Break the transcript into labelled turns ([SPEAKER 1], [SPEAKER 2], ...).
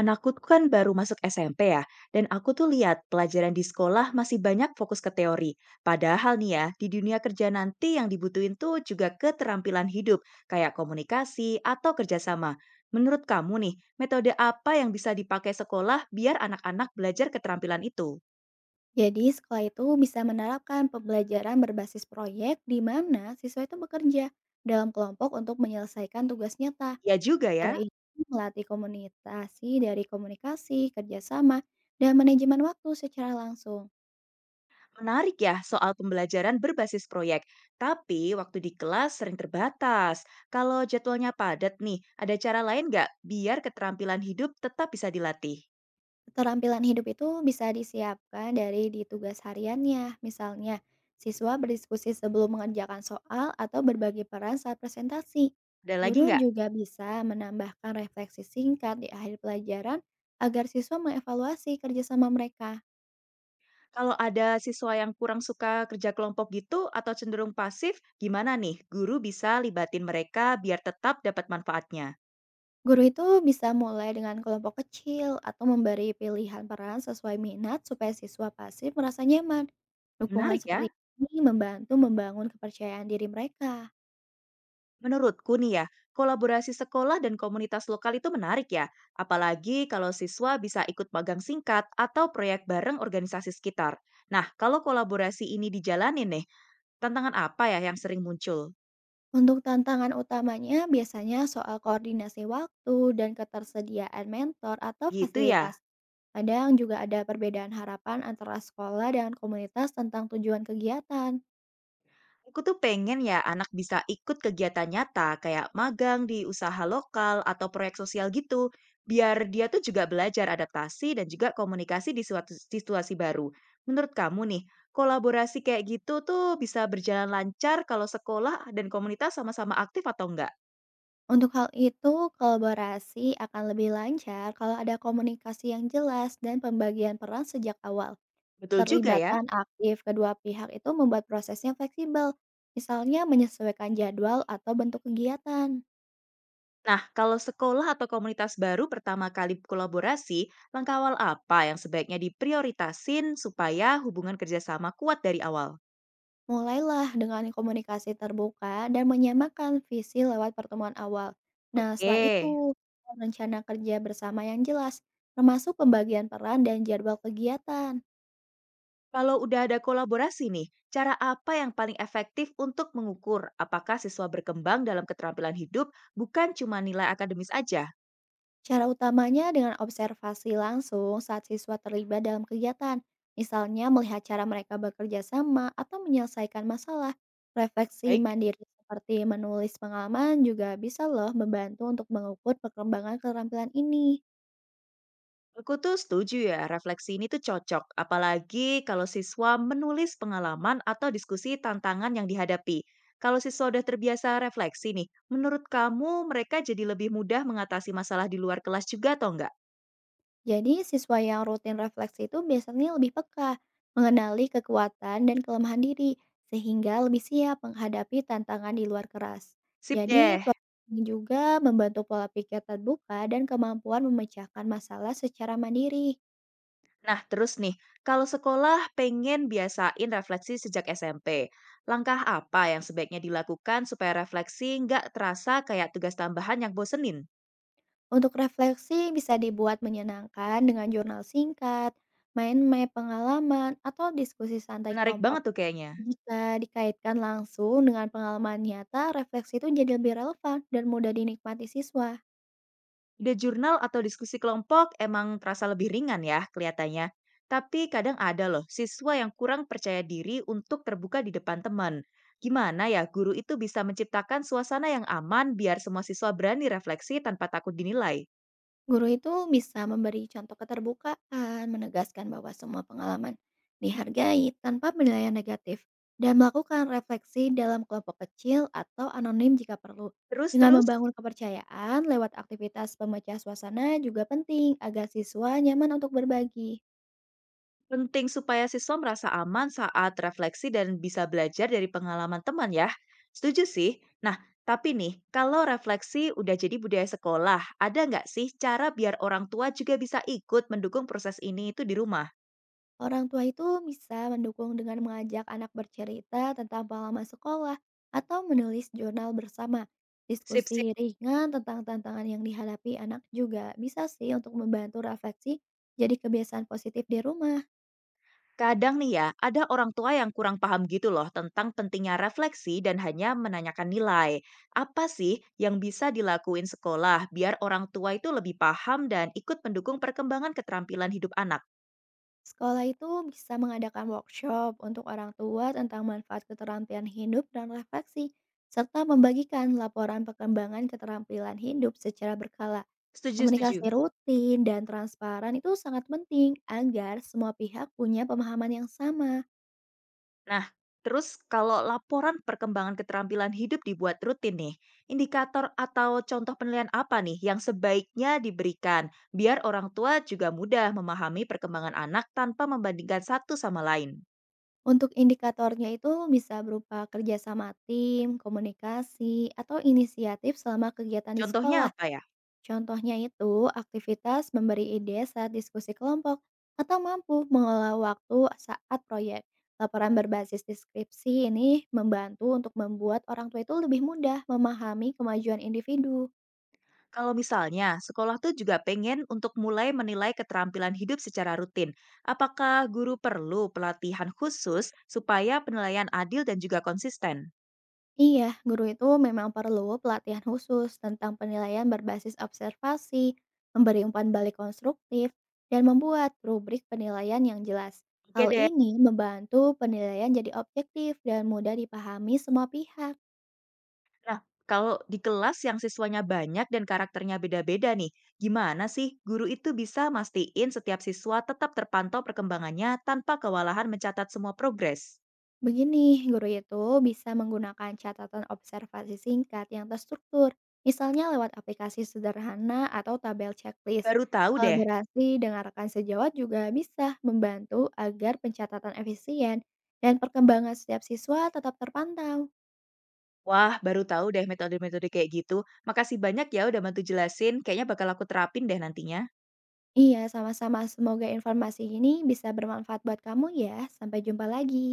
[SPEAKER 1] Anakku tuh kan baru masuk SMP ya, dan aku tuh lihat pelajaran di sekolah masih banyak fokus ke teori. Padahal nih ya, di dunia kerja nanti yang dibutuhin tuh juga keterampilan hidup, kayak komunikasi atau kerjasama. Menurut kamu nih, metode apa yang bisa dipakai sekolah biar anak-anak belajar keterampilan itu?
[SPEAKER 2] Jadi sekolah itu bisa menerapkan pembelajaran berbasis proyek di mana siswa itu bekerja dalam kelompok untuk menyelesaikan tugas nyata.
[SPEAKER 1] Ya juga
[SPEAKER 2] Cara
[SPEAKER 1] ya.
[SPEAKER 2] ini melatih komunikasi dari komunikasi, kerjasama, dan manajemen waktu secara langsung.
[SPEAKER 1] Menarik ya soal pembelajaran berbasis proyek, tapi waktu di kelas sering terbatas. Kalau jadwalnya padat nih, ada cara lain nggak biar keterampilan hidup tetap bisa dilatih?
[SPEAKER 2] Keterampilan hidup itu bisa disiapkan dari tugas hariannya, misalnya siswa berdiskusi sebelum mengerjakan soal atau berbagi peran saat presentasi.
[SPEAKER 1] Ada lagi
[SPEAKER 2] Guru
[SPEAKER 1] nggak?
[SPEAKER 2] juga bisa menambahkan refleksi singkat di akhir pelajaran agar siswa mengevaluasi kerjasama mereka.
[SPEAKER 1] Kalau ada siswa yang kurang suka kerja kelompok gitu atau cenderung pasif, gimana nih guru bisa libatin mereka biar tetap dapat manfaatnya?
[SPEAKER 2] Guru itu bisa mulai dengan kelompok kecil atau memberi pilihan peran sesuai minat supaya siswa pasif merasa nyaman. Dukungan
[SPEAKER 1] Menarik
[SPEAKER 2] seperti
[SPEAKER 1] ya?
[SPEAKER 2] ini membantu membangun kepercayaan diri mereka.
[SPEAKER 1] Menurutku nih ya, kolaborasi sekolah dan komunitas lokal itu menarik ya, apalagi kalau siswa bisa ikut magang singkat atau proyek bareng organisasi sekitar. Nah, kalau kolaborasi ini dijalanin nih, tantangan apa ya yang sering muncul?
[SPEAKER 2] Untuk tantangan utamanya biasanya soal koordinasi waktu dan ketersediaan mentor atau
[SPEAKER 1] Gitu ya.
[SPEAKER 2] fasilitas. Kadang juga ada perbedaan harapan antara sekolah dan komunitas tentang tujuan kegiatan.
[SPEAKER 1] Aku tuh pengen ya anak bisa ikut kegiatan nyata kayak magang di usaha lokal atau proyek sosial gitu, biar dia tuh juga belajar adaptasi dan juga komunikasi di suatu situasi baru. Menurut kamu nih, kolaborasi kayak gitu tuh bisa berjalan lancar kalau sekolah dan komunitas sama-sama aktif atau enggak?
[SPEAKER 2] Untuk hal itu, kolaborasi akan lebih lancar kalau ada komunikasi yang jelas dan pembagian peran sejak awal.
[SPEAKER 1] Betul juga ya.
[SPEAKER 2] Terlibatan aktif kedua pihak itu membuat prosesnya fleksibel, misalnya menyesuaikan jadwal atau bentuk kegiatan.
[SPEAKER 1] Nah, kalau sekolah atau komunitas baru pertama kali kolaborasi, langkah awal apa yang sebaiknya diprioritasin supaya hubungan kerjasama kuat dari awal?
[SPEAKER 2] Mulailah dengan komunikasi terbuka dan menyamakan visi lewat pertemuan awal. Nah,
[SPEAKER 1] Oke.
[SPEAKER 2] setelah itu, rencana kerja bersama yang jelas, termasuk pembagian peran dan jadwal kegiatan.
[SPEAKER 1] Kalau udah ada kolaborasi nih, cara apa yang paling efektif untuk mengukur apakah siswa berkembang dalam keterampilan hidup bukan cuma nilai akademis aja?
[SPEAKER 2] Cara utamanya dengan observasi langsung saat siswa terlibat dalam kegiatan, misalnya melihat cara mereka bekerja sama atau menyelesaikan masalah. Refleksi
[SPEAKER 1] Baik,
[SPEAKER 2] mandiri seperti menulis pengalaman juga bisa loh membantu untuk mengukur perkembangan keterampilan ini.
[SPEAKER 1] aku tuh setuju ya, refleksi ini tuh cocok, apalagi kalau siswa menulis pengalaman atau diskusi tantangan yang dihadapi. Kalau siswa udah terbiasa refleksi nih, menurut kamu mereka jadi lebih mudah mengatasi masalah di luar kelas juga atau enggak?
[SPEAKER 2] Jadi, siswa yang rutin refleksi itu biasanya lebih peka, mengenali kekuatan dan kelemahan diri, sehingga lebih siap menghadapi tantangan di luar keras.
[SPEAKER 1] Sip
[SPEAKER 2] Jadi,
[SPEAKER 1] deh.
[SPEAKER 2] proses ini juga membantu pola pikir terbuka dan kemampuan memecahkan masalah secara mandiri.
[SPEAKER 1] Nah, terus nih, kalau sekolah pengen biasain refleksi sejak SMP, langkah apa yang sebaiknya dilakukan supaya refleksi nggak terasa kayak tugas tambahan yang bosenin?
[SPEAKER 2] Untuk refleksi bisa dibuat menyenangkan dengan jurnal singkat, main map pengalaman, atau diskusi santai
[SPEAKER 1] Menarik
[SPEAKER 2] kelompok.
[SPEAKER 1] banget tuh kayaknya.
[SPEAKER 2] Jika dikaitkan langsung dengan pengalaman nyata, refleksi itu jadi lebih relevan dan mudah dinikmati siswa.
[SPEAKER 1] Ide jurnal atau diskusi kelompok emang terasa lebih ringan ya kelihatannya. Tapi kadang ada loh siswa yang kurang percaya diri untuk terbuka di depan teman. Gimana ya guru itu bisa menciptakan suasana yang aman biar semua siswa berani refleksi tanpa takut dinilai?
[SPEAKER 2] Guru itu bisa memberi contoh keterbukaan, menegaskan bahwa semua pengalaman dihargai tanpa penilaian negatif, dan melakukan refleksi dalam kelompok kecil atau anonim jika perlu. Dengan
[SPEAKER 1] Terus-terus?
[SPEAKER 2] membangun kepercayaan lewat aktivitas pemecah suasana juga penting agar siswa nyaman untuk berbagi.
[SPEAKER 1] Penting supaya siswa merasa aman saat refleksi dan bisa belajar dari pengalaman teman ya. Setuju sih. Nah, tapi nih, kalau refleksi udah jadi budaya sekolah, ada nggak sih cara biar orang tua juga bisa ikut mendukung proses ini itu di rumah?
[SPEAKER 2] Orang tua itu bisa mendukung dengan mengajak anak bercerita tentang pengalaman sekolah atau menulis jurnal bersama.
[SPEAKER 1] Sip, sip.
[SPEAKER 2] Diskusi ringan tentang tantangan yang dihadapi anak juga bisa sih untuk membantu refleksi jadi kebiasaan positif di rumah.
[SPEAKER 1] Kadang nih ya, ada orang tua yang kurang paham gitu loh tentang pentingnya refleksi dan hanya menanyakan nilai. Apa sih yang bisa dilakuin sekolah biar orang tua itu lebih paham dan ikut mendukung perkembangan keterampilan hidup anak?
[SPEAKER 2] Sekolah itu bisa mengadakan workshop untuk orang tua tentang manfaat keterampilan hidup dan refleksi, serta membagikan laporan perkembangan keterampilan hidup secara berkala.
[SPEAKER 1] Setuju, setuju.
[SPEAKER 2] Komunikasi rutin dan transparan itu sangat penting agar semua pihak punya pemahaman yang sama.
[SPEAKER 1] Nah, terus kalau laporan perkembangan keterampilan hidup dibuat rutin nih, indikator atau contoh penilaian apa nih yang sebaiknya diberikan biar orang tua juga mudah memahami perkembangan anak tanpa membandingkan satu sama lain?
[SPEAKER 2] Untuk indikatornya itu bisa berupa kerjasama tim, komunikasi, atau inisiatif selama kegiatan di
[SPEAKER 1] Contohnya
[SPEAKER 2] sekolah.
[SPEAKER 1] apa ya?
[SPEAKER 2] Contohnya itu aktivitas memberi ide saat diskusi kelompok atau mampu mengelola waktu saat proyek. Laporan berbasis deskripsi ini membantu untuk membuat orang tua itu lebih mudah memahami kemajuan individu.
[SPEAKER 1] Kalau misalnya sekolah tuh juga pengen untuk mulai menilai keterampilan hidup secara rutin, apakah guru perlu pelatihan khusus supaya penilaian adil dan juga konsisten?
[SPEAKER 2] Iya, guru itu memang perlu pelatihan khusus tentang penilaian berbasis observasi, memberi umpan balik konstruktif, dan membuat rubrik penilaian yang jelas.
[SPEAKER 1] Oke
[SPEAKER 2] Hal
[SPEAKER 1] deh.
[SPEAKER 2] ini membantu penilaian jadi objektif dan mudah dipahami semua pihak.
[SPEAKER 1] Nah, kalau di kelas yang siswanya banyak dan karakternya beda-beda nih, gimana sih guru itu bisa mastiin setiap siswa tetap terpantau perkembangannya tanpa kewalahan mencatat semua progres?
[SPEAKER 2] Begini, guru itu bisa menggunakan catatan observasi singkat yang terstruktur, misalnya lewat aplikasi sederhana atau tabel checklist.
[SPEAKER 1] Baru tahu deh.
[SPEAKER 2] Kolaborasi dengan rekan sejawat juga bisa membantu agar pencatatan efisien dan perkembangan setiap siswa tetap terpantau.
[SPEAKER 1] Wah, baru tahu deh metode-metode kayak gitu. Makasih banyak ya udah bantu jelasin. Kayaknya bakal aku terapin deh nantinya.
[SPEAKER 2] Iya, sama-sama. Semoga informasi ini bisa bermanfaat buat kamu ya. Sampai jumpa lagi.